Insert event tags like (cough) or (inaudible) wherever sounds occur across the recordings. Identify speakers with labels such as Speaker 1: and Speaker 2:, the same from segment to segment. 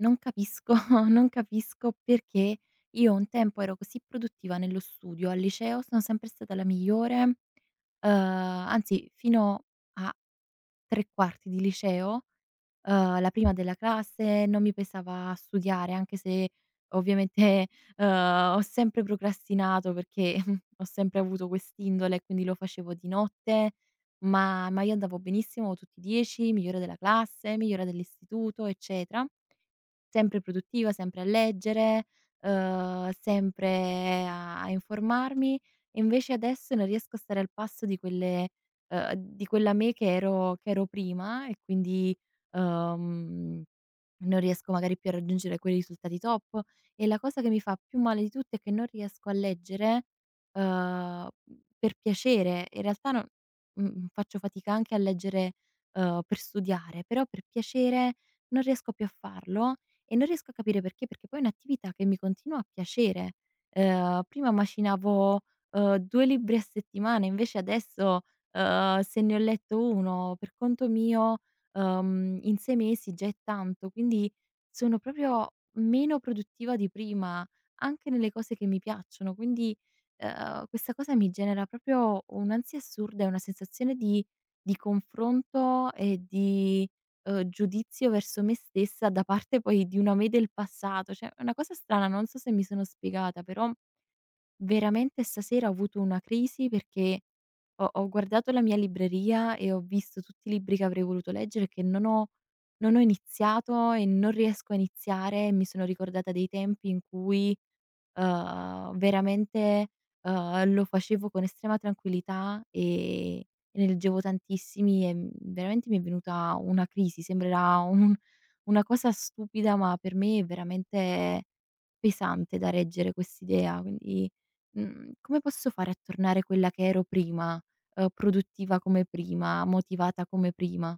Speaker 1: Non capisco, (laughs) non capisco perché io un tempo ero così produttiva nello studio. Al liceo sono sempre stata la migliore, anzi fino a 3 quarti di liceo, la prima della classe, non mi pesava studiare, anche se ovviamente, (laughs) ho sempre procrastinato perché (laughs) ho sempre avuto quest'indole e quindi lo facevo di notte, ma io andavo benissimo tutti i 10, migliore della classe, migliore dell'istituto, eccetera. Sempre produttiva, sempre a leggere, sempre a informarmi. E invece adesso non riesco a stare al passo di quelle, di quella me che ero prima e quindi, uhm non riesco magari più a raggiungere quei risultati top. E la cosa che mi fa più male di tutte è che non riesco a leggere, uhm, per piacere. In realtà non faccio fatica anche a leggere, per studiare, però per piacere non riesco più a farlo e non riesco a capire perché, perché poi è un'attività che mi continua a piacere. Prima macinavo, 2 libri a settimana, invece adesso, se ne ho letto 1 per conto mio, in 6 mesi già è tanto, quindi sono proprio meno produttiva di prima, anche nelle cose che mi piacciono. Quindi, questa cosa mi genera proprio un'ansia assurda e una sensazione di confronto e di, giudizio verso me stessa da parte poi di una me del passato. Cioè, è una cosa strana, non so se mi sono spiegata, però veramente stasera ho avuto una crisi perché ho guardato la mia libreria e ho visto tutti i libri che avrei voluto leggere, che non ho iniziato e non riesco a iniziare. Mi sono ricordata dei tempi in cui veramente, lo facevo con estrema tranquillità, e ne leggevo tantissimi e, veramente mi è venuta una crisi. Sembrerà un una cosa stupida, ma per me è veramente pesante da reggere quest'idea. Quindi, come posso fare a tornare quella che ero prima, produttiva come prima, motivata come prima?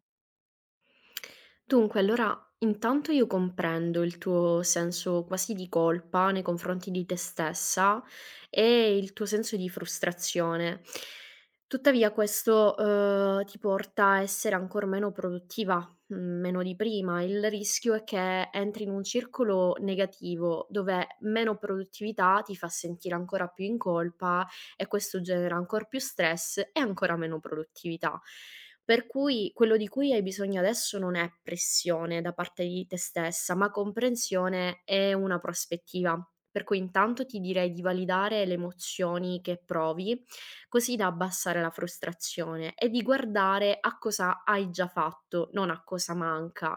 Speaker 2: Dunque, allora, intanto io comprendo il tuo senso quasi di colpa nei confronti di te stessa e il tuo senso di frustrazione. Tuttavia, questo, ti porta a essere ancor meno produttiva, mhmm, meno di prima. Il rischio è che entri in un circolo negativo, dove meno produttività ti fa sentire ancora più in colpa e questo genera ancor più stress e ancora meno produttività. Per cui quello di cui hai bisogno adesso non è pressione da parte di te stessa, ma comprensione e una prospettiva. Per cui intanto ti direi di validare le emozioni che provi, così da abbassare la frustrazione e di guardare a cosa hai già fatto, non a cosa manca.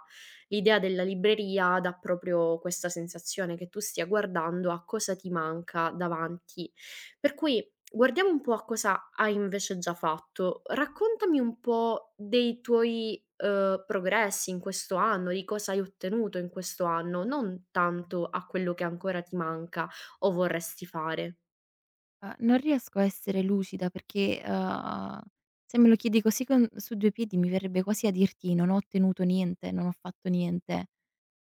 Speaker 2: L'idea della libreria dà proprio questa sensazione che tu stia guardando a cosa ti manca davanti. Per cui guardiamo un po' a cosa hai invece già fatto. Raccontami un po' dei tuoi, progressi in questo anno, di cosa hai ottenuto in questo anno, non tanto a quello che ancora ti manca o vorresti fare.
Speaker 1: Non riesco a essere lucida perché, se me lo chiedi così con su 2 piedi mi verrebbe quasi a dirti: "Non ho ottenuto niente, non ho fatto niente".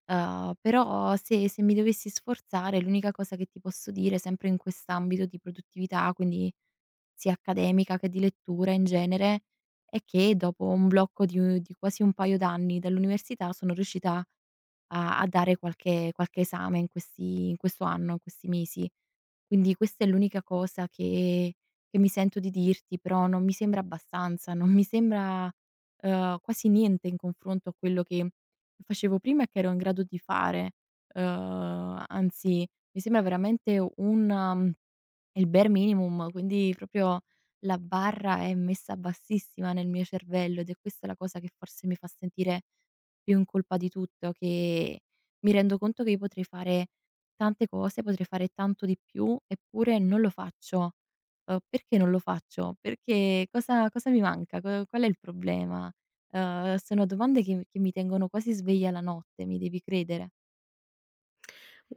Speaker 1: Però se mi dovessi sforzare, l'unica cosa che ti posso dire, sempre in quest'ambito di produttività, quindi sia accademica che di lettura in genere, è che dopo un blocco di quasi un paio d'anni dall'università sono riuscita a dare qualche esame in questi in questo anno, in questi mesi. Quindi questa è l'unica cosa che mi sento di dirti, però non mi sembra abbastanza, non mi sembra, quasi niente in confronto a quello che facevo prima e che ero in grado di fare. Anzi mi sembra veramente un è il bare minimum, quindi proprio la barra è messa bassissima nel mio cervello, ed è questa la cosa che forse mi fa sentire più in colpa di tutto, che mi rendo conto che io potrei fare tante cose, potrei fare tanto di più, eppure non lo faccio. Perché non lo faccio? Perché cosa mi manca? Co Qual è il problema? Sono domande che mi tengono quasi sveglia la notte, mi devi credere.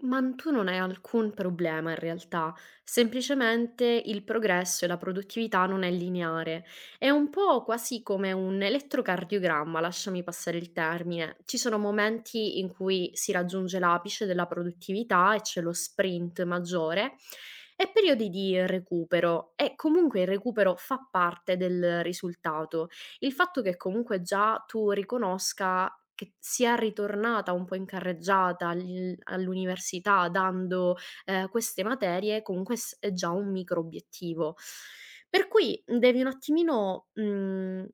Speaker 2: Ma n tu non hai alcun problema in realtà, semplicemente il progresso e la produttività non è lineare. È un po' quasi come un elettrocardiogramma, lasciami passare il termine. Ci sono momenti in cui si raggiunge l'apice della produttività e c'è lo sprint maggiore e periodi di recupero e comunque il recupero fa parte del risultato. Il fatto che comunque già tu riconosca che sia ritornata un po' in carreggiata al all'università dando, queste materie comunque s è già un micro obiettivo. Per cui devi un attimino, mhmm,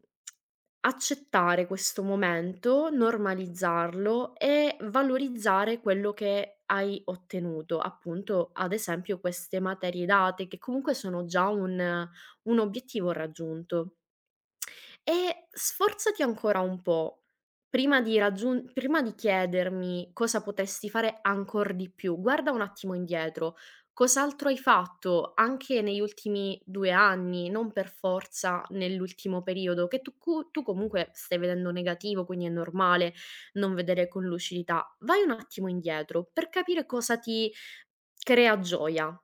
Speaker 2: accettare questo momento, normalizzarlo e valorizzare quello che hai ottenuto, appunto, ad esempio queste materie date che comunque sono già un obiettivo raggiunto. E sforzati ancora un po' prima di chiedermi cosa potresti fare ancor di più, guarda un attimo indietro. Cos'altro hai fatto anche negli ultimi 2 anni, non per forza nell'ultimo periodo, che tu comunque stai vedendo negativo, quindi è normale non vedere con lucidità. Vai un attimo indietro per capire cosa ti crea gioia.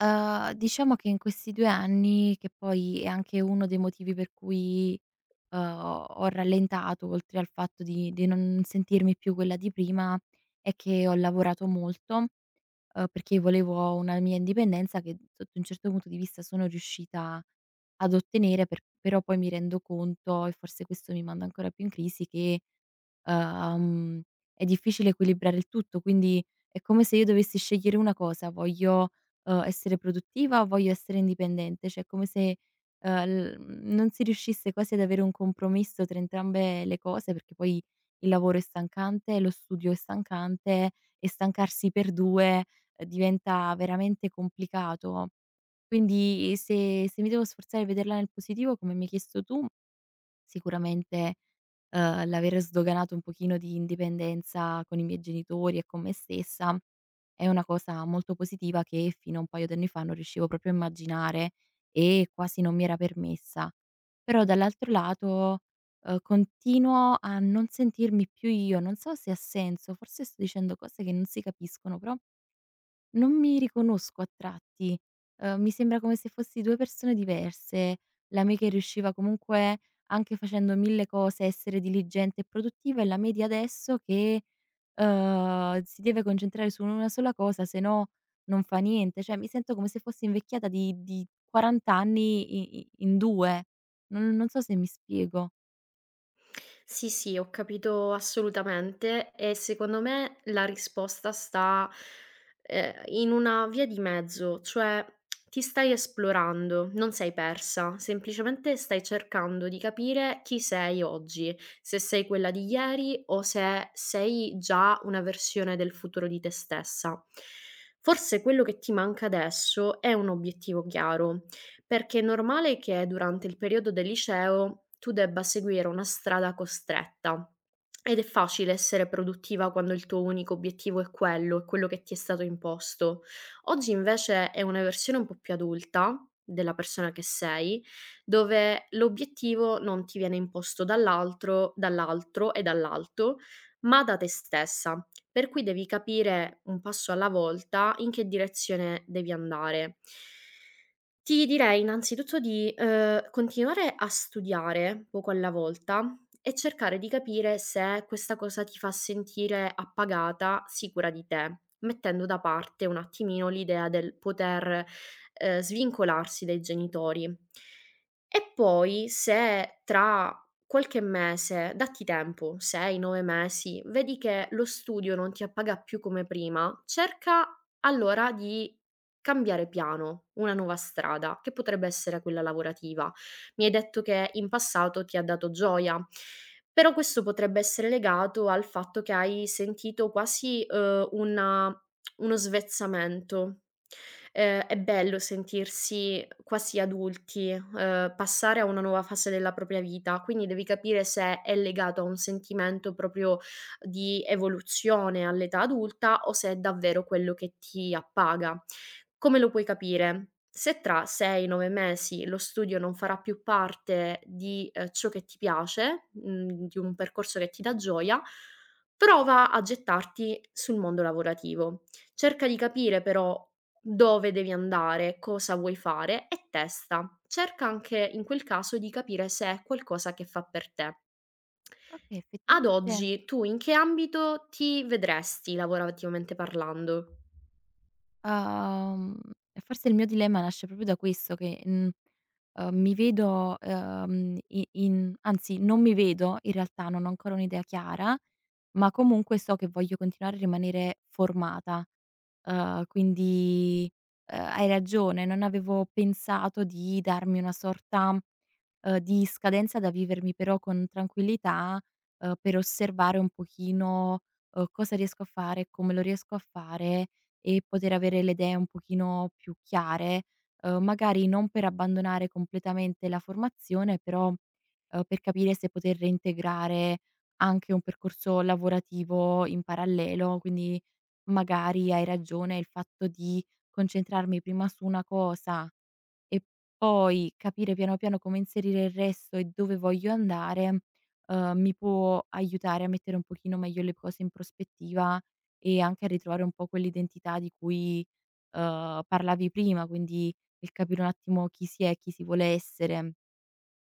Speaker 1: Diciamo che in questi 2 anni, che poi è anche uno dei motivi per cui, ho rallentato, oltre al fatto di non sentirmi più quella di prima, è che ho lavorato molto, perché volevo una mia indipendenza che sotto un certo punto di vista sono riuscita ad ottenere, però poi mi rendo conto, e forse questo mi manda ancora più in crisi, che, uhm, è difficile equilibrare il tutto. Quindi è come se io dovessi scegliere una cosa: voglio, essere produttiva o voglio essere indipendente? Cioè è come se, non si riuscisse quasi ad avere un compromesso tra entrambe le cose, perché poi il lavoro è stancante, lo studio è stancante e stancarsi per 2 diventa veramente complicato. Quindi se mi devo sforzare di vederla nel positivo, come mi hai chiesto tu, sicuramente, l'aver sdoganato un pochino di indipendenza con i miei genitori e con me stessa è una cosa molto positiva che fino a un paio d'anni fa non riuscivo proprio a immaginare e quasi non mi era permessa. Però dall'altro lato, continuo a non sentirmi più io, non so se ha senso, forse sto dicendo cose che non si capiscono, però non mi riconosco a tratti, mi sembra come se fossi 2 persone diverse. La me che riusciva comunque, anche facendo 1000 cose, a essere diligente e produttiva, e la me di adesso che, si deve concentrare su una sola cosa, se no non fa niente. Cioè mi sento come se fossi invecchiata di 40 anni i i in 2. Non so se mi spiego.
Speaker 2: Sì, sì, ho capito assolutamente, e secondo me la risposta sta, in una via di mezzo, cioè ti stai esplorando, non sei persa, semplicemente stai cercando di capire chi sei oggi, se sei quella di ieri o se sei già una versione del futuro di te stessa. Forse quello che ti manca adesso è un obiettivo chiaro, perché è normale che durante il periodo del liceo tu debba seguire una strada costretta ed è facile essere produttiva quando il tuo unico obiettivo è quello che ti è stato imposto. Oggi invece è una versione un po' più adulta della persona che sei, dove l'obiettivo non ti viene imposto dall'altro e dall'alto, ma da te stessa. Per cui devi capire un passo alla volta in che direzione devi andare. Ti direi innanzitutto di, continuare a studiare poco alla volta e cercare di capire se questa cosa ti fa sentire appagata, sicura di te, mettendo da parte un attimino l'idea del poter, svincolarsi dai genitori. E poi se tra qualche mese, datti tempo, 6, 9 mesi, vedi che lo studio non ti appaga più come prima, cerca allora di cambiare piano, una nuova strada, che potrebbe essere quella lavorativa. Mi hai detto che in passato ti ha dato gioia, però questo potrebbe essere legato al fatto che hai sentito quasi, una uno svezzamento. È bello sentirsi quasi adulti, passare a una nuova fase della propria vita, quindi devi capire se è legato a un sentimento proprio di evoluzione all'età adulta o se è davvero quello che ti appaga. Come lo puoi capire? Se tra 6, 9 mesi lo studio non farà più parte di, ciò che ti piace, mhmm, di un percorso che ti dà gioia, prova a gettarti sul mondo lavorativo. Cerca di capire però dove devi andare, cosa vuoi fare e testa. Cerca anche in quel caso di capire se è qualcosa che fa per te.
Speaker 1: Okay,
Speaker 2: Ad
Speaker 1: effettivamente.
Speaker 2: oggi tu in che ambito ti vedresti lavorativamente parlando?
Speaker 1: Ah, e forse il mio dilemma nasce proprio da questo che, mi vedo, i in anzi non mi vedo, in realtà non ho ancora un'idea chiara, ma comunque so che voglio continuare a rimanere formata. Quindi, hai ragione, non avevo pensato di darmi una sorta, di scadenza da vivermi però con tranquillità, per osservare un pochino, cosa riesco a fare, come lo riesco a fare, e poter avere le idee un pochino più chiare, magari non per abbandonare completamente la formazione, però, per capire se poter reintegrare anche un percorso lavorativo in parallelo. Quindi magari hai ragione, il fatto di concentrarmi prima su una cosa e poi capire piano piano come inserire il resto e dove voglio andare, mi può aiutare a mettere un pochino meglio le cose in prospettiva e anche a ritrovare un po' quell'identità di cui, parlavi prima, quindi il capire un attimo chi si è, chi si vuole essere.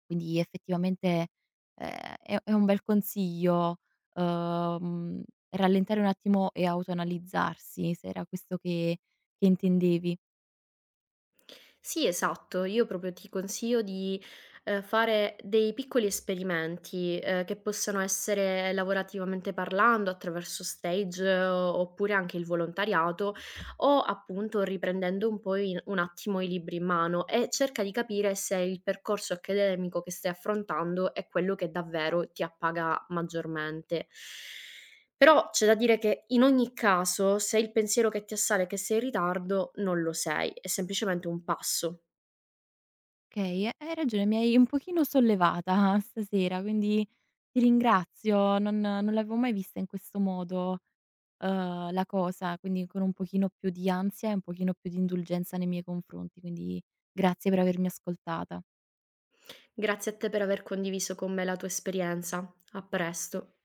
Speaker 1: Quindi effettivamente, ehm, è un bel consiglio, uhm, rallentare un attimo e autoanalizzarsi, se era questo che intendevi.
Speaker 2: Sì, esatto. Io proprio ti consiglio di, fare dei piccoli esperimenti, che possano essere lavorativamente parlando, attraverso stage, oppure anche il volontariato, o appunto riprendendo un po' in un attimo i libri in mano, e cerca di capire se il percorso accademico che stai affrontando è quello che davvero ti appaga maggiormente. Però c'è da dire che in ogni caso, se il pensiero che ti assale è che sei in ritardo, non lo sei, è semplicemente un passo.
Speaker 1: Okay, hai ragione, mi hai un pochino sollevata, stasera, quindi ti ringrazio. Non l'avevo mai vista in questo modo, la cosa, quindi con un pochino più di ansia e un pochino più di indulgenza nei miei confronti, quindi grazie per avermi ascoltata.
Speaker 2: Grazie a te per aver condiviso con me la tua esperienza. A presto.